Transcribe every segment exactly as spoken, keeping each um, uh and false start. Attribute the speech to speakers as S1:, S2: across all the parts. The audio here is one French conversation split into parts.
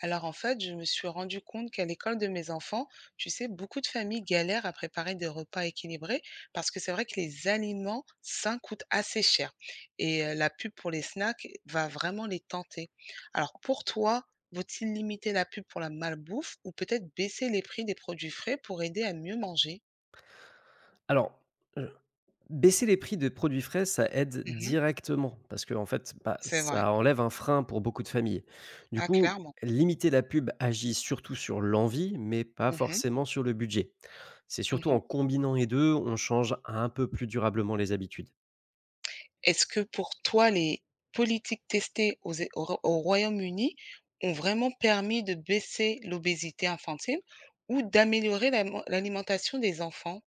S1: Alors en fait, je me suis rendu compte qu'à l'école de mes enfants, tu sais, beaucoup de familles galèrent à préparer des repas équilibrés parce que c'est vrai que les aliments sains coûtent assez cher et euh, la pub pour les snacks va vraiment les tenter. Alors pour toi, vaut-il limiter la pub pour la malbouffe ou peut-être baisser les prix des produits frais pour aider à mieux manger?
S2: Alors, heu, baisser les prix des produits frais, ça aide
S1: Mhm,
S2: directement parce qu'en fait, bah,
S1: c'est vrai.
S2: ça enlève un frein pour beaucoup de familles. Du
S1: Ah,
S2: coup,
S1: clairement.
S2: limiter la pub agit surtout sur l'envie, mais pas
S1: Mhm,
S2: forcément sur le budget. C'est surtout en
S1: mhm.
S2: combinant les deux, on change un peu plus durablement les habitudes.
S1: Est-ce que pour toi, les politiques testées aux é au Ro au Royaume-Uni ont vraiment permis de baisser l'obésité infantile ou d'améliorer l'aliment l'alimentation des enfants?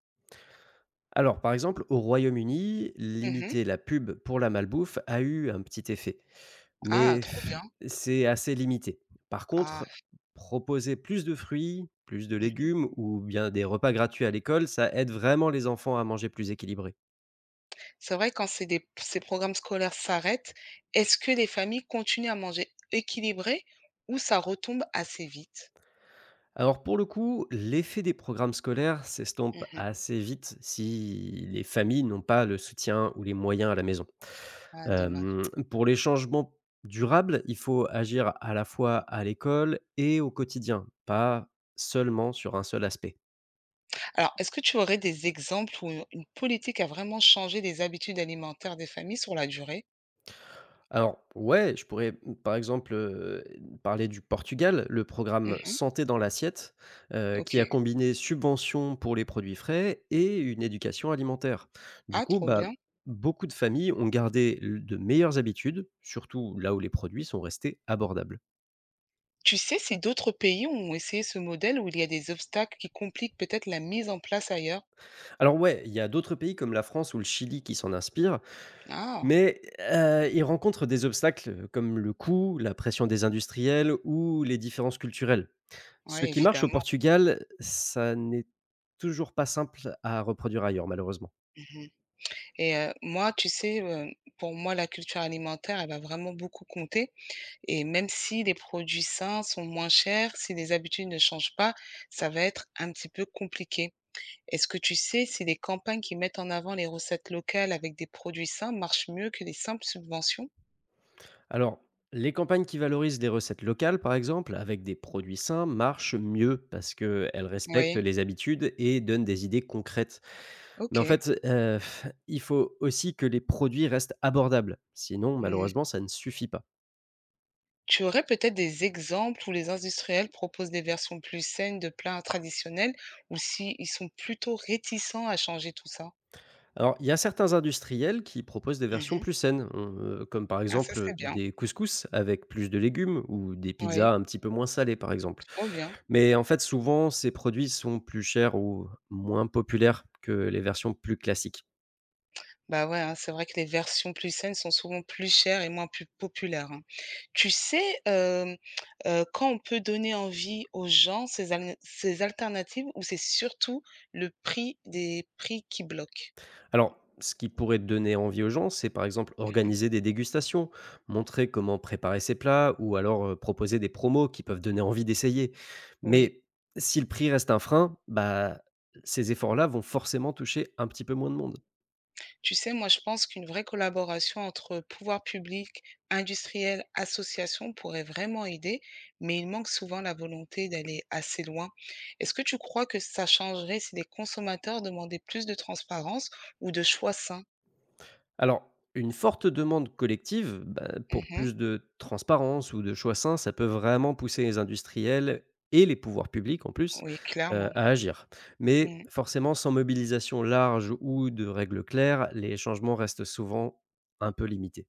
S2: Alors, par exemple, au Royaume-Uni,
S1: Mmh.
S2: limiter la pub pour la malbouffe a eu un petit effet.
S1: Ah,
S2: Mais
S1: trop bien.
S2: c'est assez limité. Par
S1: Ah,
S2: contre, proposer plus de fruits, plus de
S1: mmh.
S2: légumes ou bien des repas gratuits à l'école, ça aide vraiment les enfants à manger plus équilibré.
S1: C'est vrai quand ces des ces programmes scolaires s'arrêtent, est-ce que les familles continuent à manger équilibré ou ça retombe assez vite?
S2: Alors pour le coup, l'effet des programmes scolaires s'estompe
S1: Mmh.
S2: assez vite si les familles n'ont pas le soutien ou les moyens à la maison.
S1: Ah dommage.
S2: Hem, pour les changements durables, il faut agir à la fois à l'école et au quotidien, pas seulement sur un seul aspect.
S1: Alors, est-ce que tu aurais des exemples où une politique a vraiment changé les habitudes alimentaires des familles sur la durée?
S2: Alors ouais, je pourrais, mmh, par exemple, heu, parler du Portugal, le programme
S1: Mmh.
S2: «Santé dans l'assiette», heu, qui a
S1: OK.
S2: combiné subventions pour les produits frais et une éducation alimentaire. Du
S1: Ah,
S2: coup,
S1: trop
S2: bah,
S1: bien.
S2: beaucoup de familles ont gardé l de meilleures habitudes, surtout là où les produits sont restés abordables.
S1: Tu sais si d'autres pays ont essayé ce modèle où il y a des obstacles qui compliquent peut-être la mise en place ailleurs?
S2: Alors ouais, il y a d'autres pays comme la France ou le Chili qui s'en inspirent,
S1: Ah,
S2: mais, heu, ils rencontrent des obstacles comme le coût, la pression des industriels ou les différences culturelles. Ce
S1: ouais,
S2: qui marche au
S1: évidemment.
S2: Portugal, ça n'est toujours pas simple à reproduire ailleurs, malheureusement.
S1: Mhm. Et euh, moi, tu sais, euh, pour moi, la culture alimentaire, elle va vraiment beaucoup compter. Et même si les produits sains sont moins chers, si les habitudes ne changent pas, ça va être un petit peu compliqué. Est-ce que tu sais si les campagnes qui mettent en avant les recettes locales avec des produits sains marchent mieux que les simples subventions?
S2: Alors, les campagnes qui valorisent des recettes locales, par exemple, avec des produits sains, marchent mieux parce qu'elles respectent
S1: Oui,
S2: les habitudes et donnent des idées concrètes.
S1: ok.
S2: Mais en fait, heu, il faut aussi que les produits restent abordables. Sinon,
S1: Mmh.
S2: malheureusement, ça ne suffit pas.
S1: Tu aurais peut-être des exemples où les industriels proposent des versions plus saines de plats traditionnels ou si ils sont plutôt réticents à changer tout ça?
S2: Alors, il y a certains industriels qui proposent des versions
S1: Mmh.
S2: plus saines, on- euh, comme par
S1: Ah ça,
S2: exemple
S1: c'est
S2: euh,
S1: bien.
S2: des couscous avec plus de légumes ou des
S1: Oui,
S2: pizzas un petit peu moins salées, par exemple.
S1: trop bien.
S2: Mais en fait, souvent, ces produits sont plus chers ou moins populaires que les versions plus classiques.
S1: Bah, ouais, hein, c'est vrai que les versions plus saines sont souvent plus chères et moins plus populaires, hein. Tu sais, hem, heu, quand on peut donner envie aux gens ces aln ces alternatives ou c'est surtout le prix des prix qui bloquent?
S2: Alors, ce qui pourrait donner envie aux gens, c'est par exemple
S1: Mmh.
S2: organiser des dégustations, montrer comment préparer ses plats ou alors euh, proposer des promos qui peuvent donner envie d'essayer.
S1: Oui.
S2: Mais si le prix reste un frein, bah, ces efforts-là vont forcément toucher un petit peu moins de monde.
S1: Tu sais, moi, je pense qu'une vraie collaboration entre pouvoir public, industriel, association pourrait vraiment aider, mais il manque souvent la volonté d'aller assez loin. Est-ce que tu crois que ça changerait si les consommateurs demandaient plus de transparence ou de choix sains?
S2: Alors, une forte demande collective, bah, pour
S1: Mhm.
S2: plus de transparence ou de choix sains, ça peut vraiment pousser les industriels et les pouvoirs publics en plus,
S1: Oui,
S2: heu,
S1: clairement.
S2: à agir. Mais
S1: Mmh.
S2: forcément, sans mobilisation large ou de règles claires, les changements restent souvent un peu limités.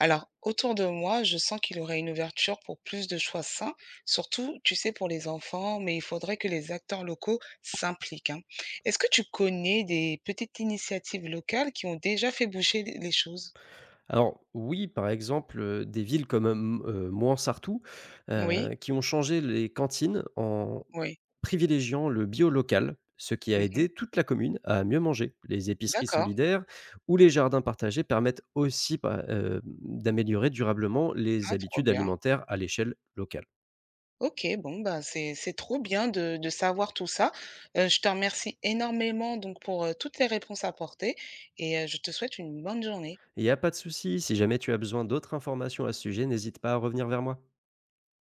S1: Alors, autour de moi, je sens qu'il y aurait une ouverture pour plus de choix sains, surtout, tu sais, pour les enfants, mais il faudrait que les acteurs locaux s'impliquent, hein. Est-ce que tu connais des petites initiatives locales qui ont déjà fait bouger les les choses?
S2: Alors oui, par exemple, heu, des villes comme, hem, heu, Mouansartou,
S1: Oui,
S2: heu, qui ont changé les cantines en
S1: oui.
S2: privilégiant le bio local, ce qui a
S1: Mhm.
S2: aidé toute la commune à mieux manger. Les épiceries
S1: D'accord.
S2: solidaires ou les jardins partagés permettent aussi pa- euh, d'améliorer durablement les
S1: Ah, trop
S2: habitudes
S1: bien.
S2: alimentaires à l'échelle locale.
S1: Ok, bon, bah, c'est, c'est trop bien de, de savoir tout ça. Euh, je te remercie énormément donc, pour euh, toutes les réponses apportées et euh, je te souhaite une bonne journée.
S2: Il n'y a pas de souci, si jamais tu as besoin d'autres informations à ce sujet, n'hésite pas à revenir vers moi.